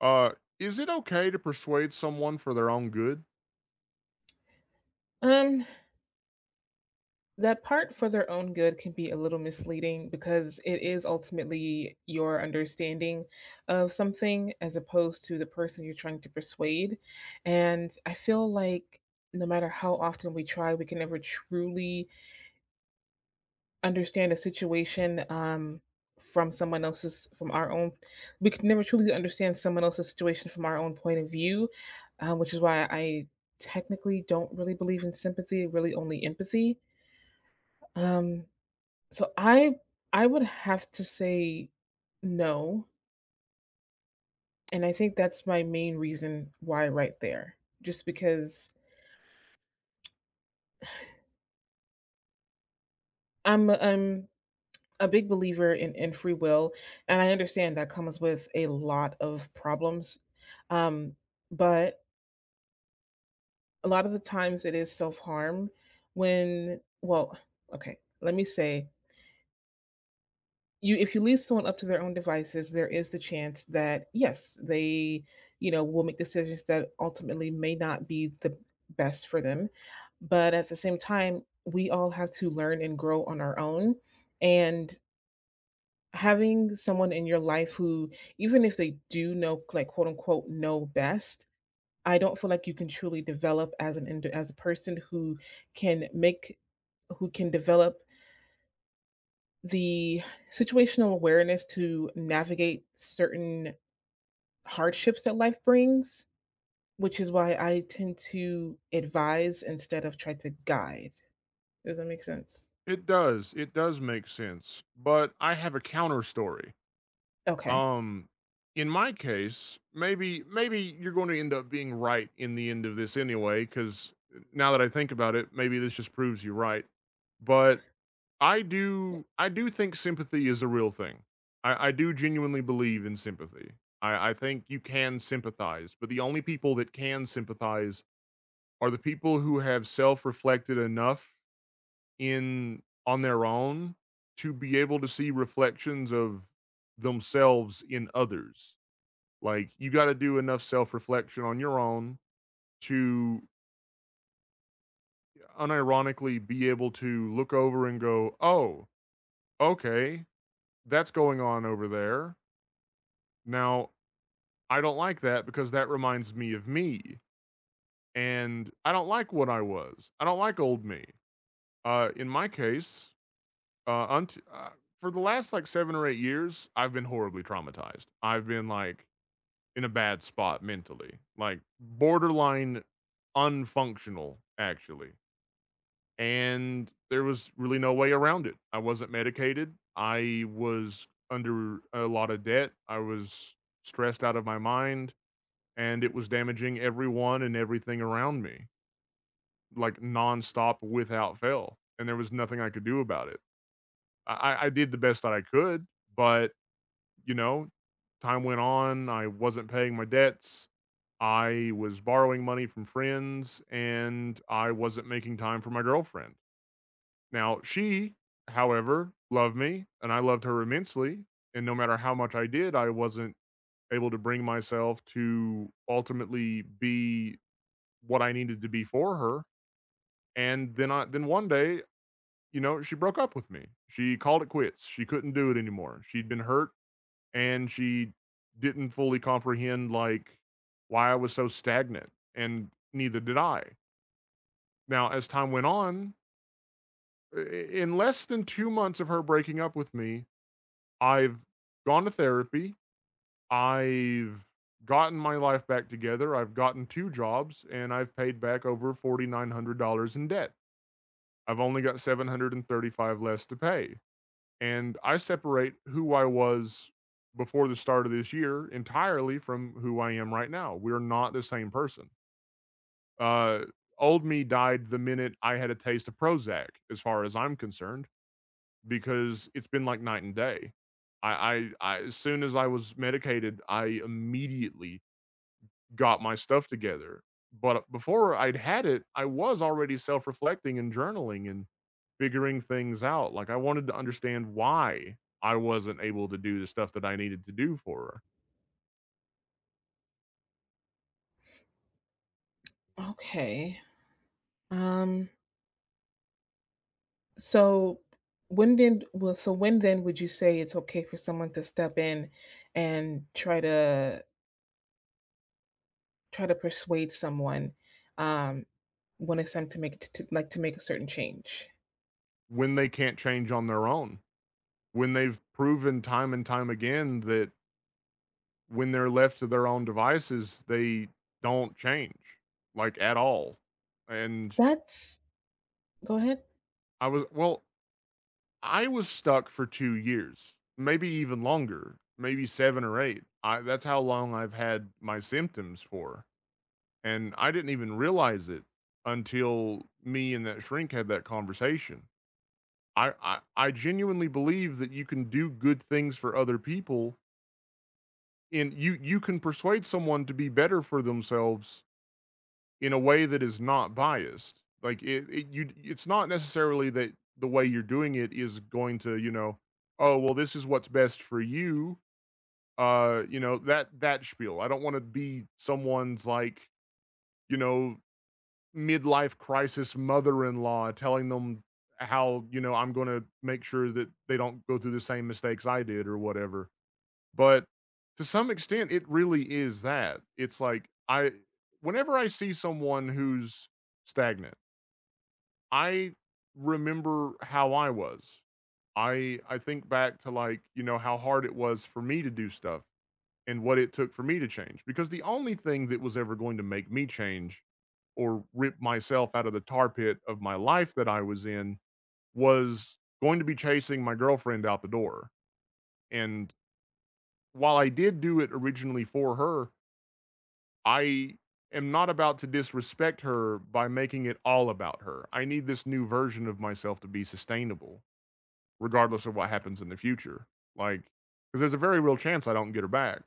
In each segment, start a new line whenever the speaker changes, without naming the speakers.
Uh, is it okay to persuade someone for their own good?
Um, that part for their own good can be a little misleading because it is ultimately your understanding of something as opposed to the person you're trying to persuade. And I feel like no matter how often we try, we can never truly understand a situation from someone else's, from our own. We can never truly understand someone else's situation from our own point of view, which is why I technically don't really believe in sympathy, really only empathy. Um, So I would have to say no, and I think that's my main reason why right there. Just because I'm a big believer in free will, and I understand that comes with a lot of problems. Um, but a lot of the times it is self-harm when, well, okay, let me say, you if you leave someone up to their own devices, there is the chance that, yes, they, you know, will make decisions that ultimately may not be the best for them. But at the same time, we all have to learn and grow on our own. And having someone in your life who, even if they do know, like quote unquote, know best, I don't feel like you can truly develop as as a person who can make who can develop the situational awareness to navigate certain hardships that life brings, which is why I tend to advise instead of try to guide. Does that make sense?
It does. It does make sense. But I have a counter story.
Okay.
Um, in my case, maybe you're going to end up being right in the end of this anyway cuz now that I think about it, maybe this just proves you right. But I do think sympathy is a real thing. I do genuinely believe in sympathy. I think you can sympathize, but the only people that can sympathize are the people who have self-reflected enough in on their own to be able to see reflections of themselves in others. Like you got to do enough self-reflection on your own to unironically be able to look over and go, "Oh, okay, that's going on over there. Now, I don't like that because that reminds me of me and I don't like what I was. I don't like old me." In my case, Uh, unt- uh, for the last like 7 or 8 years, I've been horribly traumatized. I've been like in a bad spot mentally, like borderline unfunctional, actually. And there was really no way around it. I wasn't medicated. I was under a lot of debt. I was stressed out of my mind, and it was damaging everyone and everything around me, like nonstop without fail. And there was nothing I could do about it. I did the best that I could, but you know, time went on, I wasn't paying my debts. I was borrowing money from friends and I wasn't making time for my girlfriend. Now, she, however, loved me and I loved her immensely. And no matter how much I did, I wasn't able to bring myself to ultimately be what I needed to be for her. And then one day, you know, she broke up with me. She called it quits. She couldn't do it anymore. She'd been hurt and she didn't fully comprehend like why I was so stagnant, and neither did I. Now, as time went on, in less than 2 months of her breaking up with me, I've gone to therapy. I've gotten my life back together. I've gotten two jobs, and I've paid back over $4,900 in debt. I've only got 735 less to pay. And I separate who I was before the start of this year entirely from who I am right now. We're not the same person. Uh, Old me died the minute I had a taste of Prozac, as far as I'm concerned, because it's been like night and day. I as soon as I was medicated, I immediately got my stuff together. But before I'd had it, I was already self reflecting and journaling and figuring things out. Like I wanted to understand why I wasn't able to do the stuff that I needed to do for her
Okay. Um so so when then would you say it's okay for someone to step in and try to persuade someone um when it's time like to make a certain change?
when they can't change on their own, when they've proven time and time again that when they're left to their own devices, they don't change like at all. And
That's, go ahead.
I was, well, I was stuck for 2 years, maybe even longer, maybe 7 or 8. I that's how long I've had my symptoms for, and I didn't even realize it until me and that shrink had that conversation. I genuinely believe that you can do good things for other people, and you can persuade someone to be better for themselves in a way that is not biased. Like it you it's not necessarily that the way you're doing it is going to, you know, oh, well, this is what's best for you. You know, that spiel. I don't want to be someone's like, you know, midlife crisis mother-in-law telling them how, you know, I'm going to make sure that they don't go through the same mistakes I did or whatever. But to some extent, it really is that. It's like I whenever I see someone who's stagnant, I remember how I was. I think back to like, you know, how hard it was for me to do stuff and what it took for me to change because the only thing that was ever going to make me change or rip myself out of the tar pit of my life that I was in was going to be chasing my girlfriend out the door. And while I did do it originally for her, I am not about to disrespect her by making it all about her. I need this new version of myself to be sustainable, regardless of what happens in the future. Like, because there's a very real chance I don't get her back.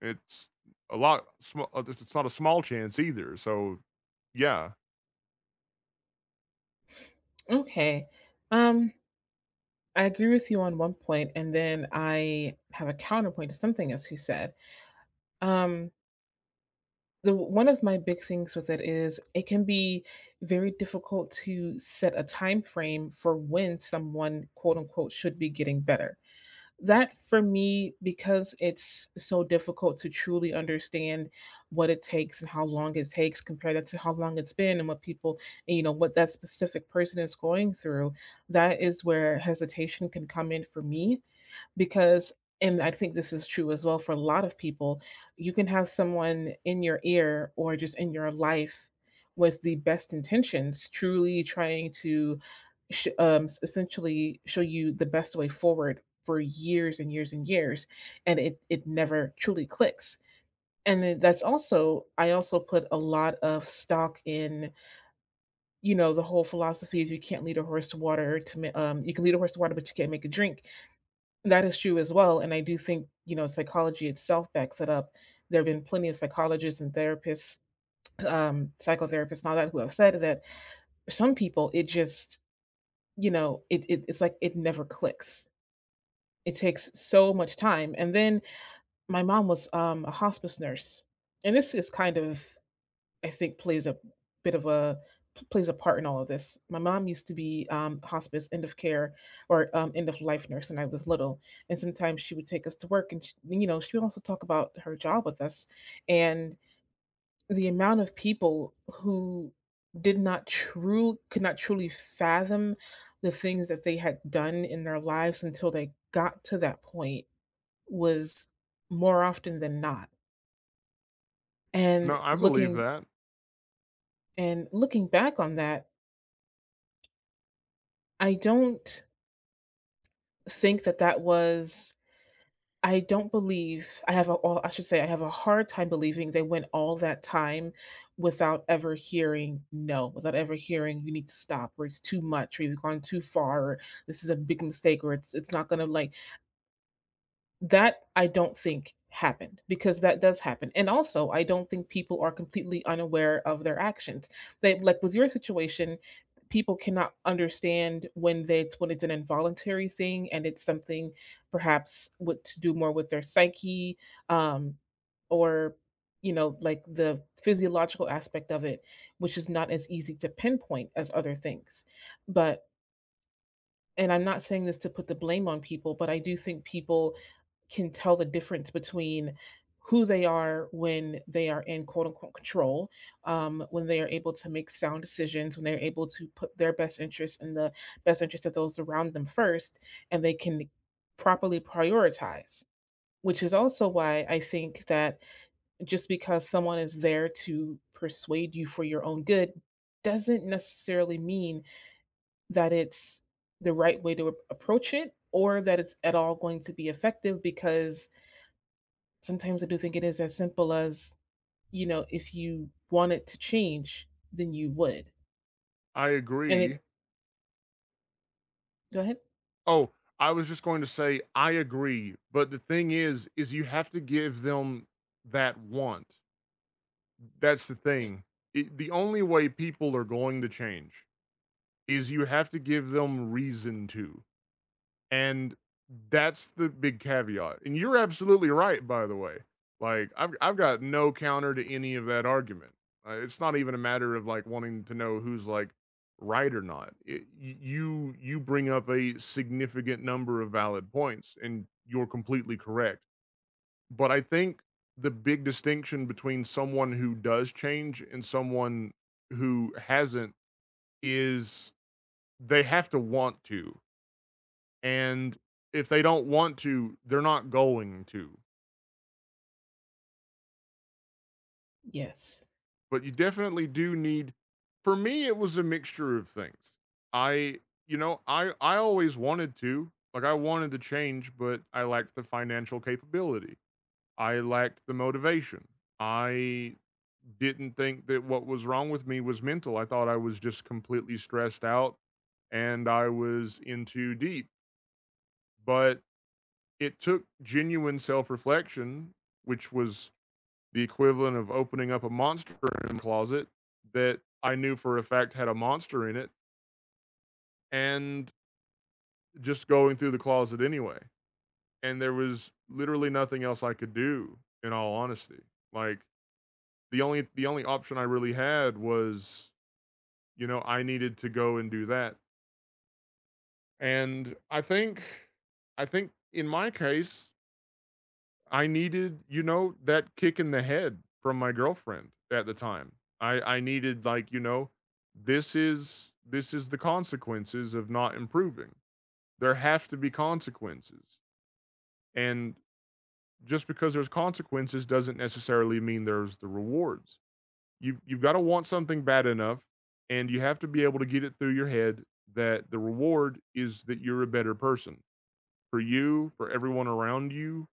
It's a lot. It's not a small chance either. So, yeah,
Okay. Um, I agree with you on one point, and then I have a counterpoint to something else you said. Um, the One of my big things with it is it can be very difficult to set a time frame for when someone quote unquote should be getting better. That, for me, because it's so difficult to truly understand what it takes and how long it takes, compare that to how long it's been and what people and, you know, what that specific person is going through, that is where hesitation can come in for me. Because, and I think this is true as well for a lot of people, you can have someone in your ear or just in your life with the best intentions, truly trying to essentially show you the best way forward for years and years and years, and it never truly clicks. And then that's also, I also put a lot of stock in, you know, the whole philosophy of you can't lead a horse to water to you can lead a horse to water, but you can't make it drink. That is true as well, and I do think, you know, psychology itself backs it up. There have been plenty of psychologists and therapists, psychotherapists and all that, who have said that some people, it just, it's like it never clicks. It takes so much time. And then my mom was, a hospice nurse, and this is kind of, I think, plays a bit of a plays a part in all of this. My mom used to be, hospice end of care, or, end of life nurse, and I was little. And sometimes she would take us to work, and she, you know, she would also talk about her job with us, and the amount of people who did not true could not truly fathom the things that they had done in their lives until they got to that point was more often than not.
no,
And
I believe
looking
that.
back on that, I don't think that that was. I don't believe I have a, all I should say, I have a hard time believing they went all that time without ever hearing no, without ever hearing you need to stop, or it's too much, or you've gone too far, or this is a big mistake, or it's not gonna, like. That I don't think happened, because that does happen. And also, I don't think people are completely unaware of their actions. They, like with your situation, people cannot understand when they, it's when it's an involuntary thing and it's something perhaps what to do more with their psyche, um or, like, the physiological aspect of it, which is not as easy to pinpoint as other things. But, and I'm not saying this to put the blame on people, but I do think people can tell the difference between who they are when they are in quote unquote control, when they are able to make sound decisions, when they're able to put their best interest and the best interest of those around them first, and they can properly prioritize. Which is also why I think that just because someone is there to persuade you for your own good doesn't necessarily mean that it's the right way to approach it, or that it's at all going to be effective, because sometimes I do think it is as simple as, you know, if you wanted to change, then you would.
I
And
agree.
it, go ahead.
Oh, I was just going to say I agree, but the thing is you have to give them that want. That's the thing. It, the only way people are going to change is you have to give them reason to. And that's the big caveat. And you're absolutely right, by the way. Like, I've got no counter to any of that argument. It's not even a matter of like wanting to know who's like right or not. It, y- you bring up a significant number of valid points, and you're completely correct. But I think the big distinction between someone who does change and someone who hasn't is they have to want to. And if they don't want to, they're not going to.
Yes.
But you definitely do need for me it was a mixture of things. I I always wanted to. Like I wanted to change, but I lacked the financial capability. I lacked the motivation. I didn't think that what was wrong with me was mental. I thought I was just completely stressed out and I was in too deep. But it took genuine self reflection, which was the equivalent of opening up a monster in a closet that I knew for a fact had a monster in it and just going through the closet anyway. And there was literally nothing else I could do in all honesty. Like the only option I really had was, you know, I needed to go and do that. And I think in my case, I needed, you know, that kick in the head from my girlfriend at the time. I needed like, you know, this is the consequences of not improving. There have to be consequences. And just because there's consequences doesn't necessarily mean there's the rewards. You've got to want something bad enough and you have to be able to get it through your head that the reward is that you're a better person for you, for everyone around you,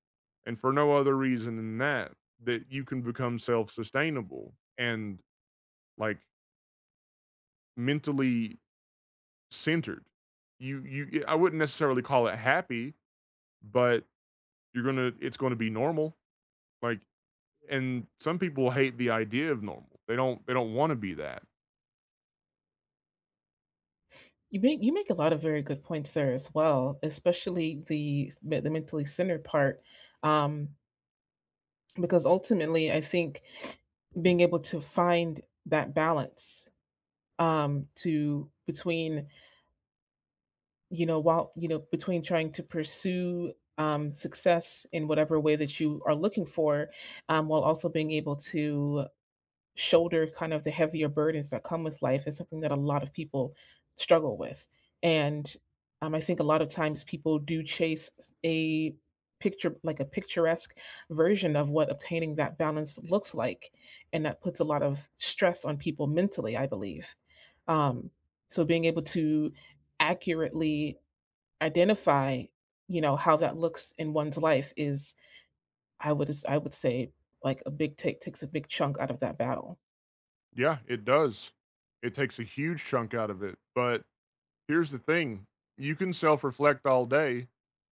and for no other reason than that, that you can become self sustainable and like mentally centered. Yeah, I wouldn't necessarily call it happy, but it's gonna be normal. Like, and some people hate the idea of normal. They don't want to be that.
You make a lot of very good points there as well, especially the mentally centered part, um, because ultimately I think being able to find that balance, to between, while, between trying to pursue, success in whatever way that you are looking for, while also being able to shoulder kind of the heavier burdens that come with life, is something that a lot of people struggle with. And, I think a lot of times people do chase a picture, like a picturesque version of what obtaining that balance looks like. And that puts a lot of stress on people mentally, I believe. Um, so being able to accurately identify, you know, how that looks in one's life is, I would say, like a big take takes a big chunk out of that battle.
Yeah, it does. It takes a huge chunk out of it. But here's the thing you can self reflect all day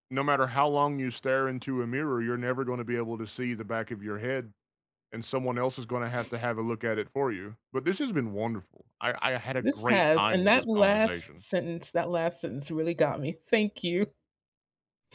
no matter how long you stare into a mirror, you're never going to be able to see the back of your head, and someone else is going to have a look at it for you. But this has been wonderful. I had a
This
great
has,
time
and
with this conversation.
that last sentence really got me. Thank you.